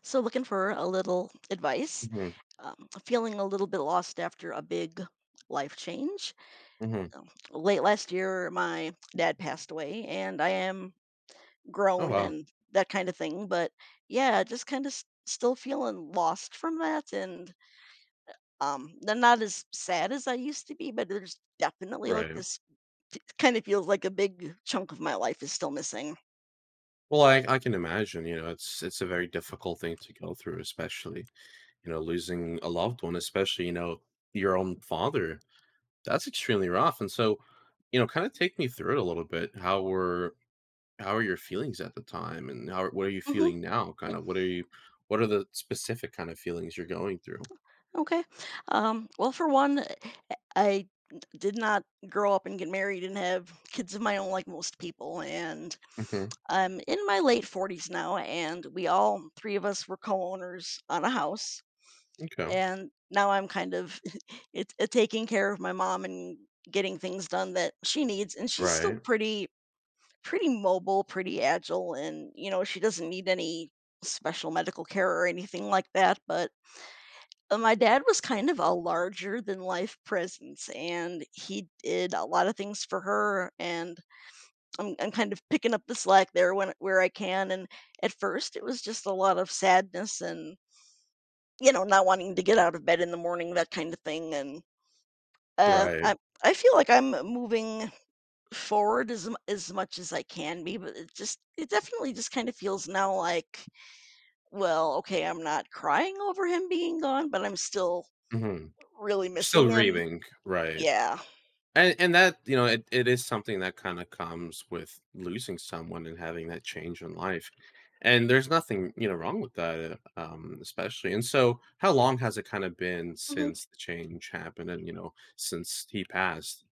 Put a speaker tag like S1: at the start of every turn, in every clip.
S1: So, looking for a little advice.
S2: Mhm,
S1: Feeling a little bit lost after a big life change.
S2: mhm.
S1: Late last year, my dad passed away, and I am
S2: Oh,
S1: grown
S2: wow.
S1: and that kind of thing. But yeah, just kind of s still feeling lost from that, and not as sad as I used to be, but there's definitely like
S2: Right.
S1: this kind of feels like a big chunk of my life is still missing.
S2: Well, I can imagine, you know, it's a very difficult thing to go through, especially, you know, losing a loved one, especially, you know, your own father. That's extremely rough. And so, you know, kind of take me through it a little bit. How are your feelings at the time and how what are you feeling
S1: Hmm.
S2: now? Kind of what are you, what are the specific kind of feelings you're going through?
S1: Okay. Well, for one, I did not grow up and get married and have kids of my own like most people. And
S2: hmm
S1: I'm in my late 40s now, and we all three of us were co owners on a house.
S2: Okay.
S1: And now I'm kind of it taking care of my mom and getting things done that she needs. And she's still
S2: Right.
S1: pretty mobile, pretty agile. And, you know, she doesn't need any special medical care or anything like that. But my dad was kind of a larger than life presence, and he did a lot of things for her, and I'm kind of picking up the slack there when where I can, and at first it was just a lot of sadness and, you know, not wanting to get out of bed in the morning, that kind of thing, and, uh,
S2: Right.
S1: I I feel like I'm moving forward as m as much as I can be, but it just it definitely just kind of feels now like, well, okay, I'm not crying over him being gone, but I'm still
S2: hmm
S1: really
S2: Still
S1: missing him.
S2: grieving. Right.
S1: Yeah.
S2: And that, you know, it is something that kind of comes with losing someone and having that change in life. And there's nothing, you know, wrong with that, especially. And so, how long has it kind of been
S1: Mhm.
S2: since the change happened and, you know, since he passed?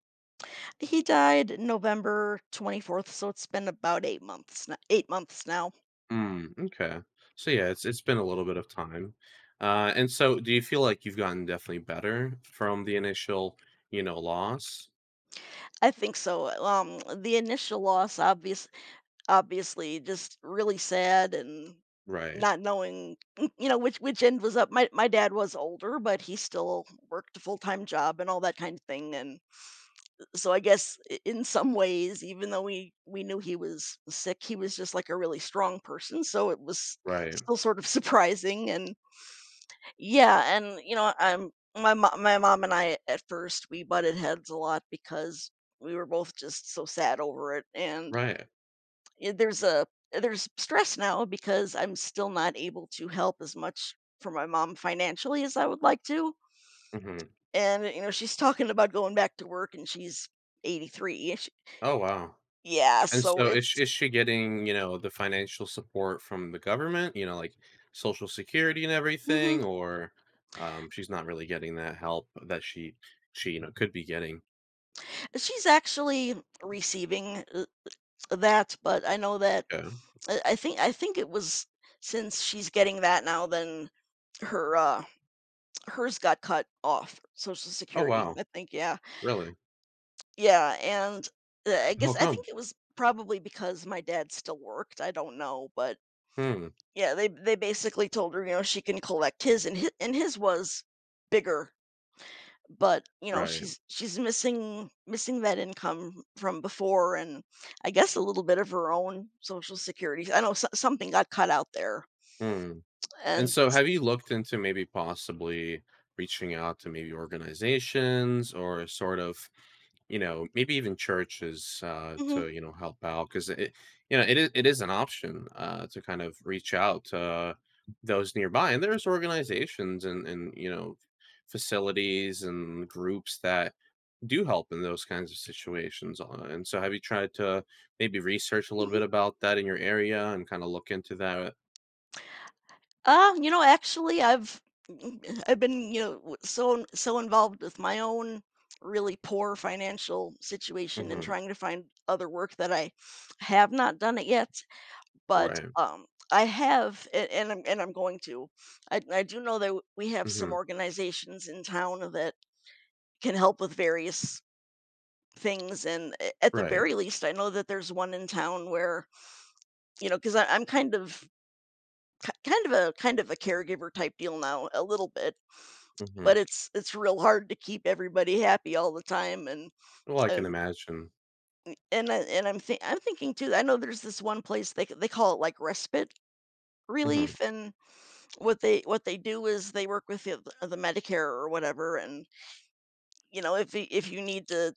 S1: He died November 24th, so it's been about 8 months, 8 months now.
S2: Mm, okay. So yeah, it's been a little bit of time. And so do you feel like you've gotten definitely better from the initial, you know, loss?
S1: I think so. The initial loss, obviously, just really sad and
S2: Right.
S1: not knowing, you know, which end was up. My dad was older, but he still worked a full time job and all that kind of thing. And so I guess in some ways, even though we knew he was sick, he was just like a really strong person. So it was
S2: Right.
S1: still sort of surprising and yeah, and you know, I'm my mo my mom and I at first we butted heads a lot because we were both just so sad over it, and
S2: Right.
S1: I there's a there's stress now because I'm still not able to help as much for my mom financially as I would like to,
S2: hmm
S1: and, you know, she's talking about going back to work, and she's 83 and
S2: Oh wow.
S1: yeah,
S2: And
S1: so
S2: so is sh
S1: it's.
S2: is she getting, you know, the financial support from the government, you know, like Social Security and
S1: Mhm.
S2: everything, or, she's not really getting that help that she, you know, could be getting?
S1: She's actually receiving, that, but I know that
S2: Yeah.
S1: I think it was since she's getting that now, then her hers got cut off, Social
S2: Oh,
S1: Security,
S2: wow.
S1: I think, yeah.
S2: Really?
S1: Yeah, and, I
S2: How
S1: guess I
S2: come?
S1: think it was probably because my dad still worked, I don't know, but,
S2: Hmm.
S1: yeah, they basically told her, you know, she can collect his, and his was bigger, but, you know,
S2: Right.
S1: she's missing that income from before and I guess a little bit of her own Social Security. I know so something got cut out there,
S2: hmm And
S1: and.
S2: so have you looked into maybe possibly reaching out to maybe organizations or sort of, you know, maybe even churches
S1: Mhm.
S2: to, you know, help out because it, it is an option to kind of reach out to those nearby, and there's organizations and you know facilities and groups that do help in those kinds of situations. And so, have you tried to maybe research a little bit
S1: Mhm.
S2: about that in your area and kind of look into that?
S1: You know, actually, I've I've been, you know, so involved with my own really poor financial situation and
S2: hmm
S1: trying to find other work that I have not done it yet, but
S2: Right.
S1: um I have a- and I'm going to. I do know that we have some
S2: hmm
S1: organizations in town that can help with various things, and at the
S2: Right.
S1: very least I know that there's one in town where, you know, cuz I'm kind of kind of a caregiver type deal now a little bit,
S2: hmm
S1: but it's real hard to keep everybody happy all the time, and
S2: Well, I can
S1: um
S2: imagine.
S1: I'm think I'm thinking too. I know there's this one place, they they call it like respite
S2: hmm
S1: relief, and what they do is they work with the Medicare or whatever, and you know, if if you need to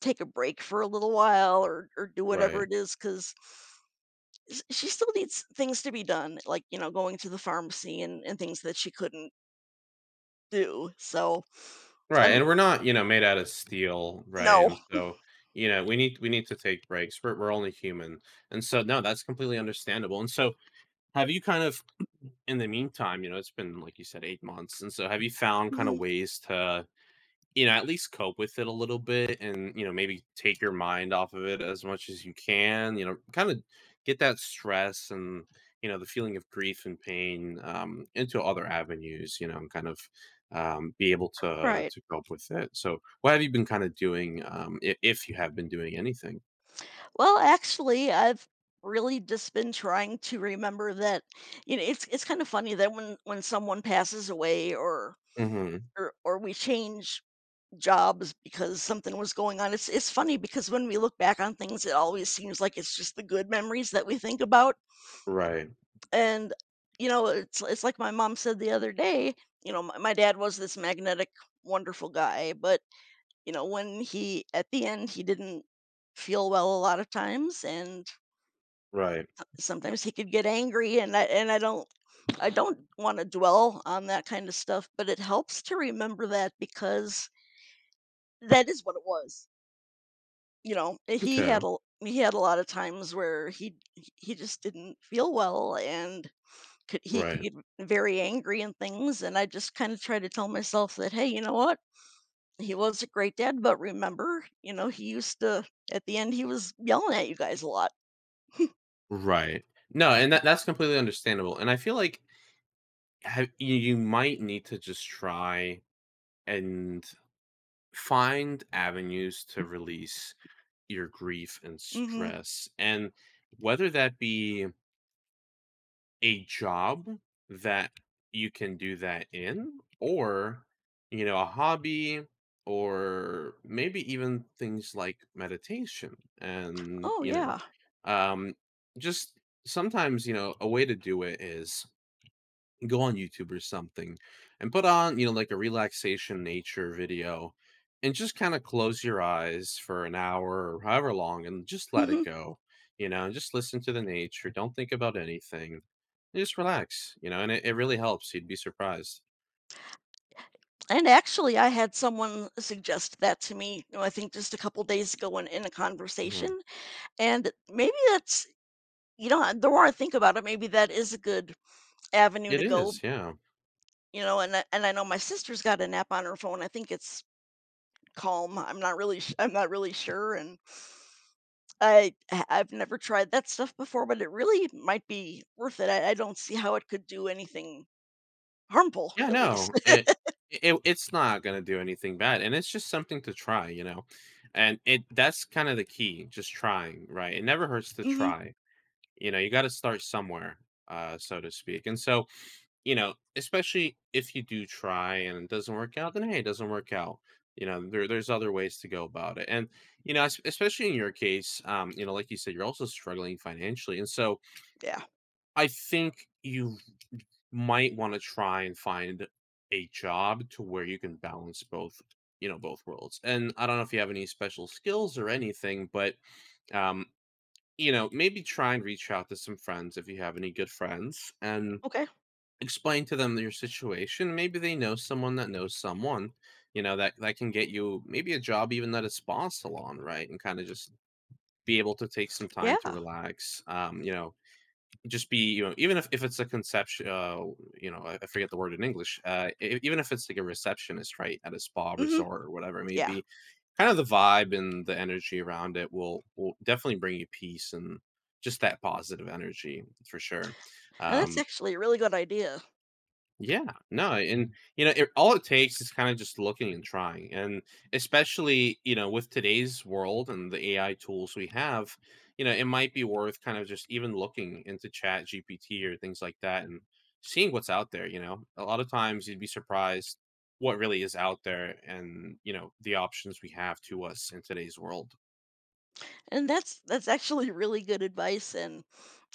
S1: take a break for a little while, or do whatever
S2: Right.
S1: it is, cuz she still needs things to be done, like you know, going to the pharmacy and things that she couldn't do. So
S2: Right,
S1: I'm.
S2: and we're not, you know, made out of steel, right?
S1: No.
S2: And so, you know, we need to take breaks. We're only human. And so no, that's completely understandable. And so have you kind of, in the meantime, you know, it's been like you said 8 months. And so have you found kind of
S1: Mhm.
S2: ways to, you know, at least cope with it a little bit and, you know, maybe take your mind off of it as much as you can, you know, kind of get that stress and, you know, the feeling of grief and pain into other avenues, you know, and kind of be able
S1: Right.
S2: to cope with it. So, what have you been kind of doing if you have been doing anything?
S1: Well, actually, I've really just been trying to remember that, you know, it's kind of funny that when someone passes away or
S2: hmm
S1: or we change jobs because something was going on, it's funny because when we look back on things, it always seems like it's just the good memories that we think about.
S2: Right.
S1: And you know, it's like my mom said the other day, you know, my dad was this magnetic, wonderful guy, but you know, when he at the end he didn't feel well a lot of times, and
S2: Right.
S1: sometimes he could get angry, and I don't, I don't want to dwell on that kind of stuff, but it helps to remember that because that is what it was. You know,
S2: Okay.
S1: he had a lot of times where he just didn't feel well and he could
S2: Right.
S1: get very angry and things, and I just kind of try to tell myself that hey, you know what? He was a great dad, but remember, you know, he used to at the end he was yelling at you guys a lot.
S2: Right. No, and that, that's completely understandable. And I feel like, you, you might need to just try and find avenues to release your grief and
S1: Mhm.
S2: stress. And whether that be a job that you can do that in, or, you know, a hobby, or maybe even things like meditation. And,
S1: Oh
S2: you know,
S1: yeah.
S2: um, just sometimes, you know, a way to do it is go on YouTube or something and put on, you know, like a relaxation nature video and just kind of close your eyes for an hour or however long and just let
S1: Mhm.
S2: it go, you know, and just listen to the nature. Don't think about anything. Just relax, you know, and it really helps. You'd be surprised.
S1: And actually, I had someone suggest that to me, you know, I think just a couple days ago in a
S2: hmm
S1: conversation. And maybe that's, you know, the more I think about it, maybe that is a good avenue
S2: It
S1: to go,
S2: is. Yeah.
S1: you know, and I know my sister's got an app on her phone. I think it's Calm. I'm not really I'm not really sure, and I've never tried that stuff before, but it really might be worth it. I don't see how it could do anything harmful,
S2: Yeah.
S1: at least.
S2: No, it's not going to do anything bad. And it's just something to try, you know, and it, that's kind of the key, just trying, right? It never hurts to
S1: Mhm.
S2: try. You know, you got to start somewhere, so to speak. And so, you know, especially if you do try and it doesn't work out, then hey, it doesn't work out. You know, there's other ways to go about it. And, you know, especially in your case, you know, like you said, you're also struggling financially. And so
S1: Yeah.
S2: I think you might want to try and find a job to where you can balance both, you know, both worlds. And I don't know if you have any special skills or anything, but um, you know, maybe try and reach out to some friends if you have any good friends and
S1: Okay.
S2: explain to them your situation. Maybe they know someone that knows someone, you know, that that can get you maybe a job even at a spa salon, right? And kind of just be able to take some time to
S1: Yeah.
S2: relax. You know, just be, you know, even if it's a conception, you know, I forget the word in English. Even if it's like a receptionist, right, at a spa
S1: Mhm.
S2: resort or whatever it may
S1: Yeah.
S2: be, kind of the vibe and the energy around it will definitely bring you peace and just that positive energy for sure.
S1: And that's
S2: Um,
S1: actually a really good idea.
S2: yeah, no, and you know, it, all it takes is kind of just looking and trying, and especially you know with today's world and the AI tools we have, you know, it might be worth kind of just even looking into Chat GPT or things like that and seeing what's out there. You know, a lot of times you'd be surprised what really is out there and you know the options we have to us in today's world.
S1: And that's actually really good advice, and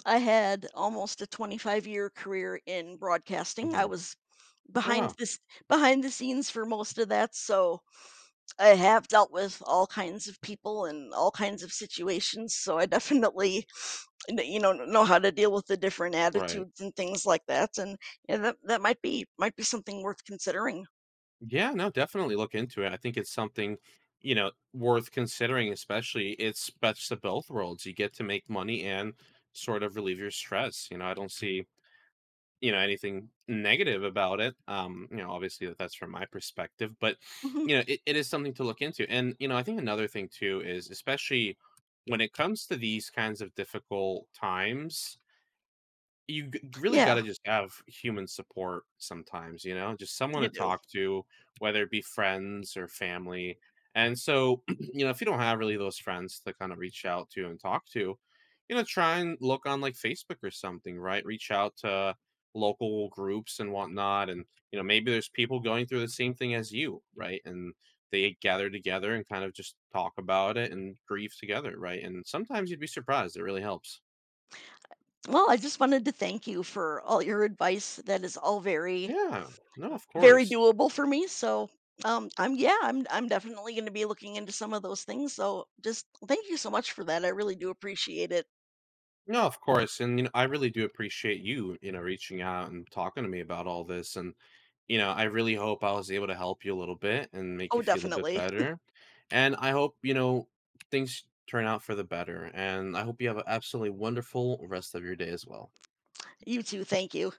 S1: I had almost a 25-year career in broadcasting. I
S2: Mhm.
S1: was
S2: Oh,
S1: behind
S2: wow.
S1: this behind the scenes for most of that, so I have dealt with all kinds of people and all kinds of situations, so I definitely, kn you know how to deal with the different
S2: Right.
S1: attitudes and things like that, and yeah, that might be something worth considering.
S2: Yeah, no, definitely look into it. I think it's something, you know, worth considering, especially it's best of both worlds. You get to make money and sort of relieve your stress. You know, I don't see, you know, anything negative about it. You know, obviously that that's from my perspective, but
S1: Mhm.
S2: you know, it is something to look into. And, you know, I think another thing too is especially when it comes to these kinds of difficult times, You g really
S1: Yeah,
S2: gotta just have human support sometimes, you know? Just someone
S1: you
S2: to
S1: do.
S2: talk to, whether it be friends or family, and so, you know, if you don't have really those friends to kinda reach out to and talk to, you know, try and look on, like, Facebook or something, right? Reach out to local groups and whatnot, and, you know, maybe there's people going through the same thing as you, right? And they gather together and kind of just talk about it and grieve together, right? And sometimes you'd be surprised, it really helps.
S1: Well, I just wanted to thank you for all your advice. That is all very.
S2: Yeah. No, of
S1: Very
S2: course.
S1: doable for me, so, I'm yeah, I'm definitely gonna be looking into some of those things, so just thank you so much for that, I really do appreciate it.
S2: No, of course, and, you know, I really do appreciate you, you know, reaching out and talking to me about all this, and, you know, I really hope I was able to help you a little bit and make
S1: Oh,
S2: you feel a bit
S1: definitely.
S2: better, and I hope, you know, things turn out for the better, and I hope you have an absolutely wonderful rest of your day as well.
S1: You too, thank you.